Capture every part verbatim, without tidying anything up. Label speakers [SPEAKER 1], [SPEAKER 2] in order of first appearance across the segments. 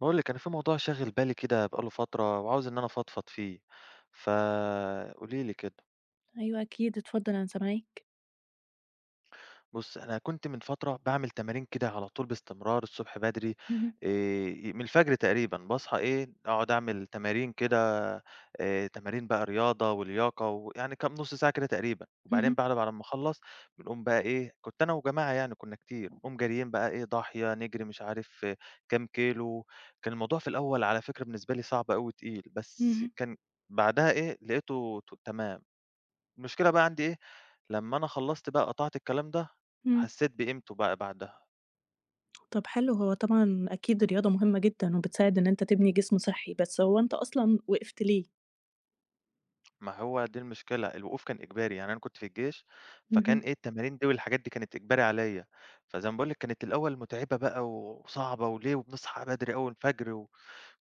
[SPEAKER 1] باقول لِك أنا في موضوع شاغل بالي كده بقى له فترة وعاوز إن أنا أفضفض فيه، فقولي لي كده.
[SPEAKER 2] أيوه أكيد، اتفضل أنا سامعاك.
[SPEAKER 1] بُص، أنا كنت من فترة باعمل تمارين كده على طول باستمرار الصبح بدري.
[SPEAKER 2] اهم،
[SPEAKER 1] آآ، من الفجر تقريبًا باصحى إيه، أقعد أعمل تمارين كده، آآ، تمارين بقى رياضة ولياقة ويعني كام نُص ساعة كده تقريبًا، وبعدين
[SPEAKER 2] اهم،
[SPEAKER 1] بعد بعد ما أخلّص بنقوم بقى إيه، كنت أنا وجماعة يعني كنا كتير، نقوم جاريين بقى إيه ضاحية، نجري مش عارف آه، كام كيلو. كان الموضوع في الأول على فكرة بالنسبة لي صعب أوي وتقيل، بس
[SPEAKER 2] اهم،
[SPEAKER 1] كان بعدها إيه، لقيته ت تمام. المشكلة بقى عندي إيه، لمّا أنا خلّصت بقى قطعت الكلام ده،
[SPEAKER 2] إمم.
[SPEAKER 1] حسّيت بقيمته بقى بعدها.
[SPEAKER 2] طَب حلو، هو طبعًا أكيد الرياضة مهمة جدًا وبتساعد إن أنت تبني جسم صحّي، بس هو أنت أصلًا وقفت ليه؟
[SPEAKER 1] ما هو دي المشكلة، الوقوف كان إجباري، يعني أنا كنت في الجيش، فكان
[SPEAKER 2] اهم،
[SPEAKER 1] إيه التمارين دي والحاجات دي كانت إجباري عليَّ. فزي ما باقول لِك كانت الأول مُتعبة بقى وصعبة وليه وبنصحى بدري أوي الفجر و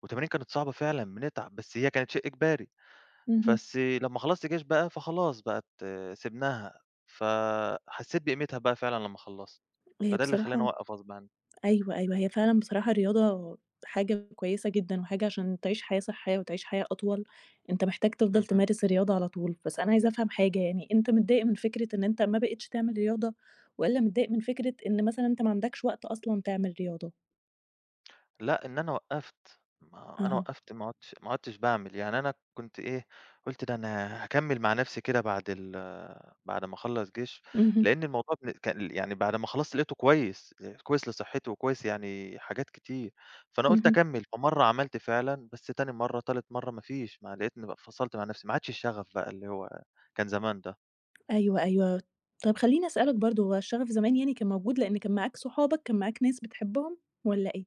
[SPEAKER 1] والتمارين كانت صعبة فعلًا بنتعب، بس هي كانت شيء إجباري.
[SPEAKER 2] اهم.
[SPEAKER 1] بس لمّا خلّصت جيش بقى فخلاص بقت سِبناها، فحسّيت بقيمتها بقى فعلًا لمّا خلّصت،
[SPEAKER 2] هي
[SPEAKER 1] فده اللي خلّاني
[SPEAKER 2] بصراحة
[SPEAKER 1] أوقّف غصب عني.
[SPEAKER 2] أيوه، أيوه، هي فعلًا بصراحة الرياضة حاجة كويسة جدًا، وحاجة عشان تعيش حياة صحّية وتعيش حياة أطول، أنت محتاج تفضل
[SPEAKER 1] اهم.
[SPEAKER 2] تمارس الرياضة على طول. بس أنا عايزة أفهم حاجة، يعني أنت متضايق من فكرة إن أنت ما بقيتش تعمل رياضة، والّا متضايق من فكرة إن مثلًا أنت ما عندكش وقت أصلًا تعمل رياضة؟
[SPEAKER 1] لأ، إن أنا وقّفت، ما أنا
[SPEAKER 2] أها،
[SPEAKER 1] وقّفت ما عُدتش ما عُدتش باعمل، يعني أنا كنت إيه، قُلت ده أنا هاكمّل مع نَفْسي كده بعد ال بعد ما أخلّص جيش،
[SPEAKER 2] اهم،
[SPEAKER 1] لإن الموضوع بن كان يعني بعد ما خلّصت لقيته كويس، كويس لصحّتي وكويس يعني حاجات كتير، فأنا قُلت
[SPEAKER 2] اهم.
[SPEAKER 1] أكمّل، فمَرّة عملت فعلًا، بس تاني مَرّة، تالت مَرّة ما فيش، ما لقيتني بقى فصلت مع نَفْسي، ما عادش الشغف بقى اللي هو كان زمان ده.
[SPEAKER 2] أيوه، أيوه. طب خلّيني أسألك برضه، هو الشغف زمان يعني كان موجود لإن كان معاك صحابك، كان معاك ناس بتحبهم والّا إيه؟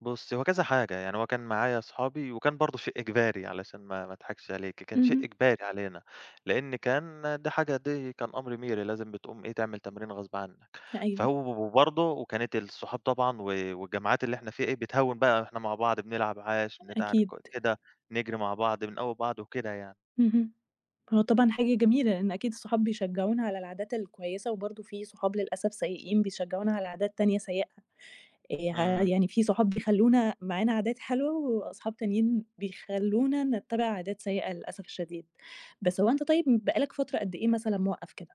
[SPEAKER 1] بُصّي، هو كذا حاجة، يعني هو كان معايا أصحابي وكان برضه شيء إجباري علشان ما ما أضحكش عليكِ، كان شيء
[SPEAKER 2] اهم.
[SPEAKER 1] إجباري علينا، لإن كان دي حاجة دي كان أمر ميري لازم بتقوم إيه، تعمل تمرين غصب عنّك،
[SPEAKER 2] أيوه،
[SPEAKER 1] فهو وبرضه وكانت الصحاب طبعًا و والجامعات اللي إحنا فيها إيه، بتهوّن بقى إحنا مع بعض بنلعب عَاش، بتاع ك
[SPEAKER 2] أكيد.
[SPEAKER 1] كده، نجري مع بعض، بنقوّي بعض وكده يعني.
[SPEAKER 2] اهم. هو طبعًا حاجة جميلة، لإن أكيد الصحاب بيشجعونا على العادات الكويسة، وبرضه في صحاب للأسف سيئين بيشجعونا على عادات تانية سيئة. آآ ه
[SPEAKER 1] إمم،
[SPEAKER 2] يعني في صحاب بيخلّونا معانا عادات حلوة، وأصحاب تانيين بيخلّونا نتّبع عادات سيئة للأسف الشديد. بس هو أنت طيب بقى لك فترة قد إيه مثلًا موقّف كده؟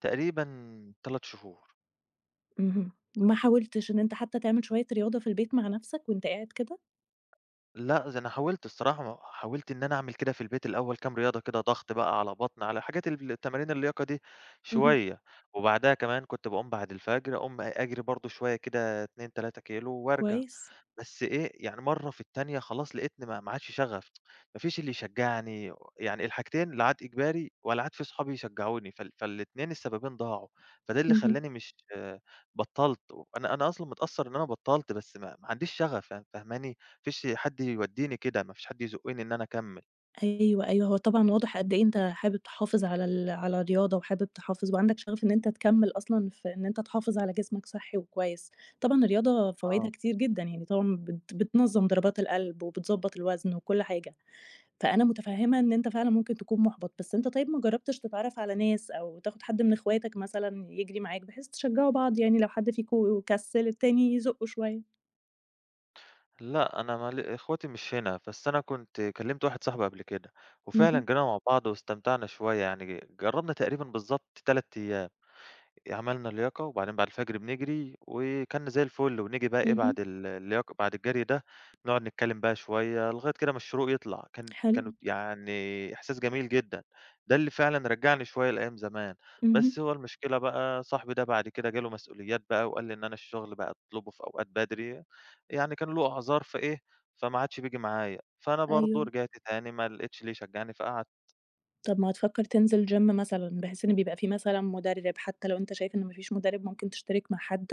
[SPEAKER 1] تقريبًا ثلاثة شهور.
[SPEAKER 2] اهم. ما حاولتش إن أنت حتى تعمل شوية رياضة في البيت مع نَفْسك وأنت قاعد كده؟
[SPEAKER 1] لأ، ده أنا حاولت الصراحة ما حاولت إن أنا أعمل كده في البيت الأول كام رياضة كده ضغط بقى على بطن على حاجات ال تمارين اللياقة دي
[SPEAKER 2] اهم.
[SPEAKER 1] شوية، وبعدها كمان كنت باقوم بعد الفجر أقوم أجري برضه شوية كده اتنين، تلاتة كيلو وارجع.
[SPEAKER 2] كويس.
[SPEAKER 1] بس إيه، يعني مرّة في التانية خلاص لقيتني ما ما عادش شغف، ما فيش اللي يشجّعني، يعني الحاجتين لا عاد إجباري ولا عاد في صحابي يشجّعوني، فال فالاتنين السببين ضاعوا، فده اللي
[SPEAKER 2] اهم.
[SPEAKER 1] خلّاني مش آه، بطّلت. أنا أنا أصلًا متأثّر إن أنا بطّلت بس ما ما عنديش شغف فاهم فاهماني؟ ما فيش حد يودّيني كده، ما فيش حد يزُقّني إن أنا أكمّل.
[SPEAKER 2] أيوه، أيوه. هو طبعًا واضح قد إيه أنت حابب تحافظ على ال على الرياضة وحابب تحافظ وعندك شغف إن أنت تكمّل أصلًا في إن أنت تحافظ على جسمك صحّي وكويس. طبعًا الرياضة فوايدها
[SPEAKER 1] آه.
[SPEAKER 2] كتير جدًا، يعني طبعًا بت بتنظّم ضربات القلب وبتضبّط الوزن وكل حاجة. فأنا متفهمة إن أنت فعلًا ممكن تكون مُحبَط، بس أنت طيب ما جرّبتش تتعرّف على ناس أو تاخد حد من إخواتك مثلًا يجري معاك، بحيث تشجّعوا بعض يعني لو حد فيكم كسّل التاني يزُقّه شوية؟
[SPEAKER 1] لأ، أنا ما ل إخواتي مش هنا، بس أنا كنت كلّمت واحد صاحبي قبل كده، وفعلًا
[SPEAKER 2] اهم،
[SPEAKER 1] جينا مع بعض واستمتعنا شوية، يعني جرّبنا تقريبًا بالضبط ثلاثة أيام. عملنا لياقة، وبعدين بعد الفجر بنجري، وكَلْنا زي الفل، ونيجي بقى إيه
[SPEAKER 2] اهم،
[SPEAKER 1] بعد ال اللياقة بعد الجري ده، نقعد نتكلم بقى شوية لغاية كده ما الشروق يطلع، كان
[SPEAKER 2] حلو،
[SPEAKER 1] كانت يعني إحساس جميل جدًا. ده اللي فعلًا رجّعني شوية لأيام زمان،
[SPEAKER 2] اهم،
[SPEAKER 1] بس هو المشكلة بقى صاحبي ده بعد كده جاله مسؤوليات بقى، وقال لي إن أنا الشغل بقى أطلبه في أوقات بدري، يعني كان له أعذار فإيه، فما عادش بييجي معايا، فأنا برضه
[SPEAKER 2] أيوه.
[SPEAKER 1] رجعت تاني ما لقيتش اللي يشجعني فقعدت.
[SPEAKER 2] طَب ما تفكّر تنزل gym مثلًا، بحيث إن بيبقى في مثلًا مُدرِّب، حتى لو أنت شايف إن ما فيش مُدرِّب ممكن تشترك مع حد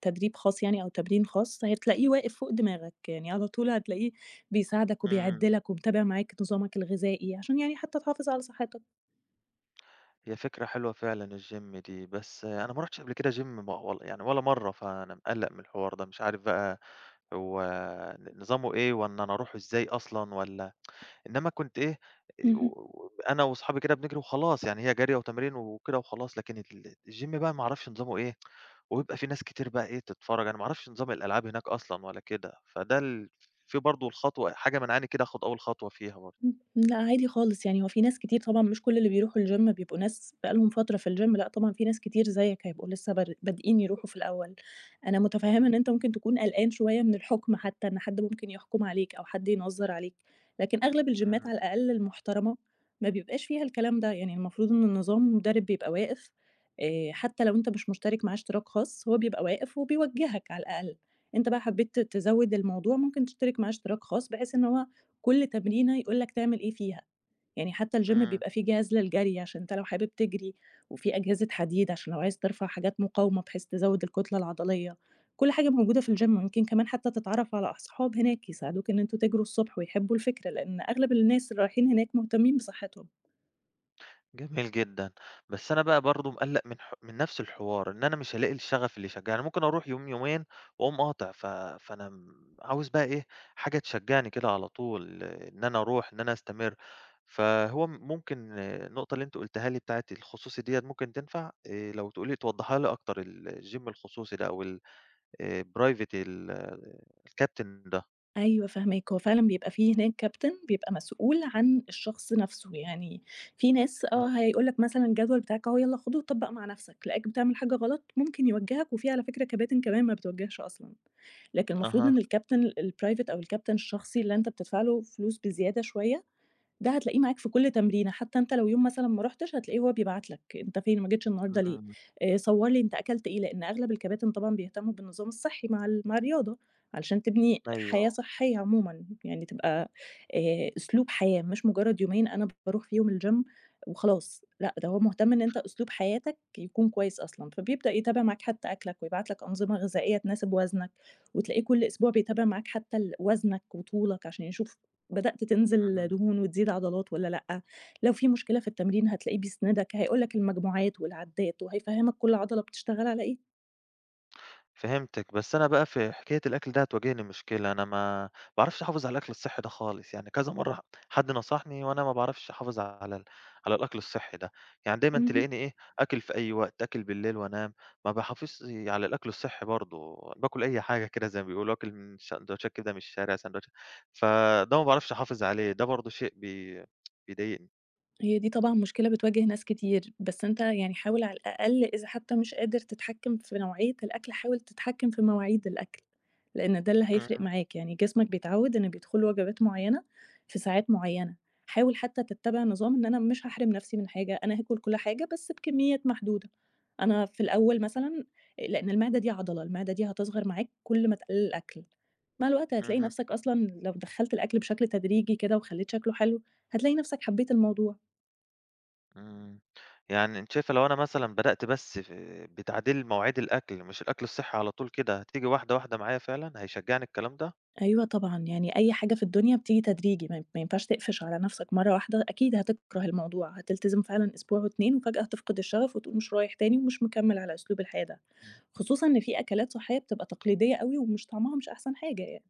[SPEAKER 2] تدريب خاص يعني أو تمرين خاص، هتلاقيه واقف فوق دماغك، يعني على طول هتلاقيه بيساعدك
[SPEAKER 1] إمم.
[SPEAKER 2] وبيعِد لك ومتابع معاك نظامك الغذائي، عشان يعني حتى تحافظ على صحّتك.
[SPEAKER 1] هي فكرة حلوة فعلًا الgym دي، بس أنا ما رُحتش قبل كده gym م ولا يعني ولا مرّة، فأنا مقلّق من الحوار ده، مش عارف بقى هو ن نظامه إيه والّا أنا أروحه إزاي أصلًا والّا إنّما كنت إيه، إيه، و
[SPEAKER 2] اهم.
[SPEAKER 1] و- أنا وأصحابي كده بنجري وخلاص، يعني هي جري وتمرين وكده وخلاص، لكن ال الgym بقى ما أعرفش نظامه إيه، وبيبقى في ناس كتير بقى إيه تتفرّج، أنا ما أعرفش نظام الألعاب هناك أصلًا ولا كده، فده ال في برضه الخطوة حاجة مانعاني كده آخُد أول خطوة فيها برضه.
[SPEAKER 2] إمم، لأ عادي خالص، يعني هو في ناس كتير طبعًا مش كل اللي بيروحوا الgym بيبقوا ناس بقى لهم فترة في الgym، لأ طبعًا في ناس كتير زيك هيبقوا لسه بار بادئين يروحوا في الأول. أنا متفهمة
[SPEAKER 1] إمم،
[SPEAKER 2] إن أنت ممكن تكون قلقان شوية من الحكم حتى، إن حد ممكن يحكم عليك أو حد ينظّر عليك، لكن أغلب الجيمات
[SPEAKER 1] إمم،
[SPEAKER 2] على الأقل المحترمة ما بيبقاش فيها الكلام ده، يعني المفروض إن النظام المدرب بيبقى واقف آآ، حتى لو أنت مش مشترك معاه اشتراك خاص، هو بيبقى واقف وبيوجهك على الأقل. أنت بقى حبيت ت تزوّد الموضوع ممكن تشترك معاه اشتراك خاص، بحيث إن هو كل تمرينة يقول لك تعمل إيه فيها، يعني حتى الgym
[SPEAKER 1] إمم.
[SPEAKER 2] بيبقى فيه جهاز للجري عشان أنت لو حابب تجري، وفيه أجهزة حديد عشان لو عايز ترفع حاجات مقاومة بحيث تزود الكتلة العضلية، كل حاجة موجودة في الgym، ويمكن كمان حتى تتعرف على أصحاب هناك يساعدوك إن أنتم تجروا الصبح ويحبوا الفكرة، لأن أغلب الناس اللي رايحين هناك مهتمين بصحتهم.
[SPEAKER 1] جميل جدًا، بس أنا بقى برضه مقلّق من ح من نفْس الحوار، إن أنا مش هالاقي الشغف اللي يشجّعني، أنا ممكن أروح يوم، يومين وأقوم قاطع، ف فأنا م عاوز بقى إيه، حاجة تشجّعني كده على طول، آه، إن أنا أروح، إن أنا أستمر. فهو م- ممكن آه، النقطة اللي أنتِ قُلتيها لي بتاعة الخصوصي ديّة ممكن تنفع؟ آآ لو تقولي توضّحيها لي أكتر ال الgym الخصوصي ده أو ال آآ private ال الكابتن ده.
[SPEAKER 2] أيوه فاهماك، هو فعلًا بيبقى في هناك كابتن بيبقى مسؤول عن الشخص نَفْسه، يعني في ناس
[SPEAKER 1] آه،
[SPEAKER 2] آه هيقول لك مثلًا الجدول بتاعك أهو يالّا خُده وطبّق مع نَفْسك، لقاك بتعمل حاجة غلط ممكن يوجّهك، وفي على فكرة كباتن كمان ما بتوجّهش أصلًا، لكن المفروض
[SPEAKER 1] أها،
[SPEAKER 2] إن الكابتن الprivate أو الكابتن الشخصي اللي أنت بتدفع له فلوس بزيادة شوية ده هتلاقيه معاك في كل تمرينة، حتى أنت لو يوم مثلًا ما رُحتش هتلاقيه هو بيبعت لك، أنت فين ما جيتش النهارده ليه؟
[SPEAKER 1] إمم،
[SPEAKER 2] آآ صور لي أنت أكلت إيه، لإن أغلب الكباتن طبعًا بيهتموا بالنظام الصحي مع ال مع الرياضة، علشان تبني حياة
[SPEAKER 1] أيوه،
[SPEAKER 2] صحية عمومًا، يعني تبقى آآ أسلوب حياة مش مجرد يومين أنا باروح فيهم الgym وخلاص، لأ ده هو مهتم إن أنت أسلوب حياتك يكون كويس أصلًا، فبيبدأ يتابع معاك حتى أكلك ويبعت لك أنظمة غذائية تناسب وزنك، وتلاقيه كل أسبوع بيتابع معاك حتى ال وزنك وطولك عشان يشوف بدأت تنزل
[SPEAKER 1] إمم.
[SPEAKER 2] دهون وتزيد عضلات والّا لأ، لو في مشكلة في التمرين هتلاقيه بيسندك، هيقول لك المجموعات والعدات وهيفهّمك كل عضلة بتشتغل على إيه.
[SPEAKER 1] فهمتِك، بس أنا بقى في حكاية الأكل ده هتواجهني مشكلة، أنا ما باعرفش أحافظ على الأكل الصحّي ده خالص، يعني كذا مرّة ح حد نصحني وأنا ما باعرفش أحافظ على ال على الأكل الصحّي ده، يعني دايمًا
[SPEAKER 2] اهم.
[SPEAKER 1] تلاقيني إيه، آكل في أي وقت، آكل بالليل وأنام، ما باحافظش على الأكل الصحّي برضه، باكل أي حاجة كده زي ما بيقولوا، آكل من سندوتشات كبدة من الشارع، سندوتش فده ما باعرفش أحافظ عليه، ده برضه شيء بي بيضايقني.
[SPEAKER 2] هي دي طبعًا مشكلة بتواجه ناس كتير، بس أنت يعني حاول على الأقل إذا حتى مش قادر تتحكم في نوعية الأكل، حاول تتحكم في مواعيد الأكل، لأن ده اللي هيفرق
[SPEAKER 1] اهم،
[SPEAKER 2] معاك، يعني جسمك بيتعود إن بيدخل له وجبات معيّنة في ساعات معيّنة، حاول حتى تتّبع نظام إن أنا مش هاحرم نفسي من حاجة، أنا هاكل كل حاجة بس بكميات محدودة، أنا في الأول مثلًا لأن المعدة دي عضلة، المعدة دي هتصغر معاك كل ما تقلل الأكل، مع الوقت هتلاقي
[SPEAKER 1] اهم.
[SPEAKER 2] نفسك أصلًا لو دخّلت الأكل بشكل تدريجي كده وخلّيت شكله حلو، هتلاقي نفسك حبيت الموضوع.
[SPEAKER 1] إمم. يعني أنتِ شايفة لو أنا مثلًا بدأت بس في بتعديل مواعيد الأكل، مش الأكل الصحّي على طول كده، هتيجي واحدة، واحدة معايا فعلًا؟ هيشجّعني الكلام ده؟
[SPEAKER 2] أيوه طبعًا، يعني أي حاجة في الدنيا بتيجي تدريجي، ما ي ما ينفعش تقفش على نَفْسك مرّة واحدة، أكيد هتكره الموضوع، هتلتزم فعلًا أسبوع واتنين وفجأة هتفقد الشغف وتقول مش رايح تاني ومش مكمّل على أسلوب الحياة ده، خصوصًا إن في أكلات صحّية بتبقى تقليدية أوي ومش طعمها مش أحسن حاجة يعني،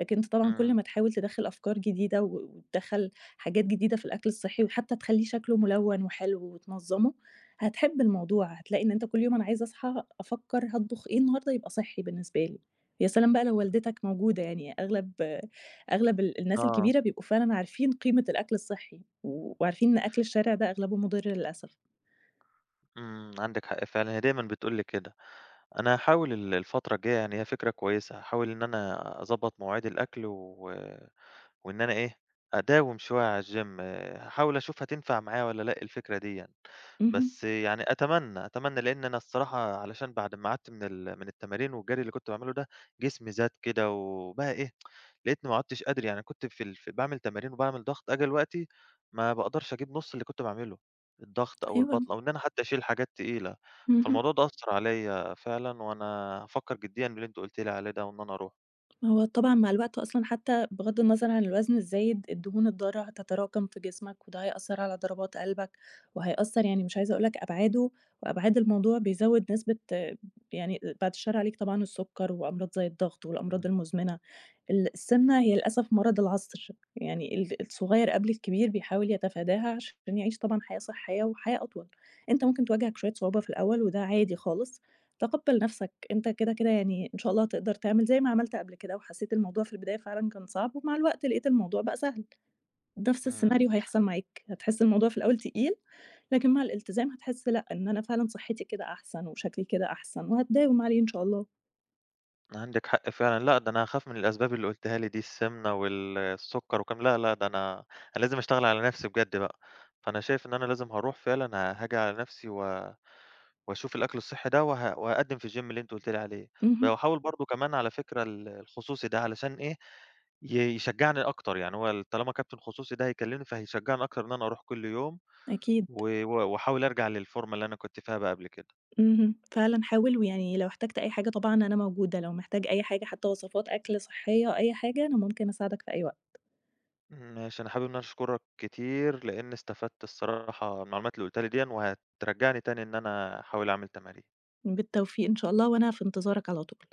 [SPEAKER 2] لكن أنت طبعًا
[SPEAKER 1] إمم.
[SPEAKER 2] كل ما تحاول تدخّل أفكار جديدة و وتدخّل حاجات جديدة في الأكل الصحّي وحتى تخلّيه شكله ملوّن وحلو وتنظّمه، هتحب الموضوع، هتلاقي إن أنت كل يوم أنا عايزة أصحى أفكّر هاطبخ إيه النهارده يبقى صحّي بالنسبة لي. يا سلام بقى لو والدتك موجودة، يعني أغلب أغلب ال الناس
[SPEAKER 1] آه.
[SPEAKER 2] الكبيرة بيبقوا فعلًا عارفين قيمة الأكل الصحّي، و وعارفين إن أكل الشارع ده أغلبه مُضِر للأسف.
[SPEAKER 1] إمم، عندِك حق فعلًا، هي دايمًا بتقول لي كده. أنا هاحاول ال الفترة الجاية يعني هي فكرة كويسة، هاحاول إن أنا أضبّط مواعيد الأكل و وإن أنا إيه، أداوم شوية على الgym. هاحاول أشوف هتنفع معايا والّا لأ الفكرة ديًّا،
[SPEAKER 2] اهم،
[SPEAKER 1] بس يعني أتمنى، أتمنى لإن أنا الصراحة علشان بعد ما قعدت من ال من التمارين والجري اللي كنت باعمله ده، جسمي زاد كده وبقى إيه، لقيتني ما عُدتش قادر يعني كنت في ال في باعمل تمارين وباعمل ضغط، آجي دلوقتي ما باقدرش أجيب نُص اللي كنت باعمله، الضغط أو
[SPEAKER 2] أيوه،
[SPEAKER 1] البطن أو إن أنا حتى أشيل حاجات تقيلة،
[SPEAKER 2] اهم.
[SPEAKER 1] فالموضوع ده أثّر عليَّ فعلًا وأنا هافكر جديًا باللي أنتِ قُلتِ لي عليه ده وإن أنا أروح.
[SPEAKER 2] هو طبعًا مع الوقت أصلًا حتى بغض النظر عن الوزن الزايد، الدهون الضارة هتتراكم في جسمك، وده هيأثّر على ضربات قلبك، وهيأثّر يعني مش عايزة أقول لك أبعاده وأبعاد الموضوع بيزوّد نسبة آه، يعني بعد الشر عليك طبعًا السُكّر وأمراض زي الضغط والأمراض
[SPEAKER 1] إمم.
[SPEAKER 2] المزمنة. ال السمنة هي للأسف مرض العصر، يعني ال الصغير قبل الكبير بيحاول يتفاداها عشان يعيش طبعًا حياة صحية وحياة أطول. أنت ممكن تواجهك شوية صعوبة في الأول وده عادي خالص، تقبّل نَفْسك أنت كده، كده يعني إن شاء الله هتقدر تعمل زي ما عملت قبل كده وحسيت الموضوع في البداية فعلًا كان صعب، ومع الوقت لقيت الموضوع بقى سهل، نفس
[SPEAKER 1] إمم.
[SPEAKER 2] السيناريو هيحصل معاك، هتحس الموضوع في الأول تقيل، لكن مع الالتزام هتحس لأ، إن أنا فعلًا صحتي كده أحسن وشكلي كده أحسن، وهتداوم عليه إن شاء الله.
[SPEAKER 1] عندِك حق فعلًا، لأ ده أنا هاخاف من الأسباب اللي قُلتيها لي دي، السمنة والسُكّر وكام لأ، لأ ده أنا أنا لازم أشتغل على نَفْسي بجد بقى، فأنا شايف إن أنا لازم هاروح فعلًا ه هاجي على نَفْسي و واشوف الأكل الصحّي ده وه وهاقدِّم في الgym اللي أنتِ قُلتِ لي عليه، ب
[SPEAKER 2] اهم،
[SPEAKER 1] وأحاول برضه كمان على فكرة ال الخصوصي ده علشان إيه، ي يشجّعني أكتر، يعني هو ال طالما كابتن خصوصي ده هيكلّمني فهيشجّعني أكتر إن أنا أروح كل يوم
[SPEAKER 2] أكيد،
[SPEAKER 1] و و واحاول أرجع للفورمة اللي أنا كنت فيها بقى قبل كده.
[SPEAKER 2] اهم، فعلًا حاول، ويعني لو احتجت أي حاجة طبعًا أنا موجودة، لو محتاج أي حاجة حتى وصفات أكل صحية أو أي حاجة، أنا ممكن أساعدك في أي وقت.
[SPEAKER 1] ماشي، أنا حابب إن أنا أشكرك كتير، لإن استفدت الصراحة من المعلومات اللي قُلتها لي ديًا، وهترجّعني تاني إن أنا أحاول أعمل تمارين.
[SPEAKER 2] بالتوفيق إن شاء الله، وأنا في انتظارك على طول.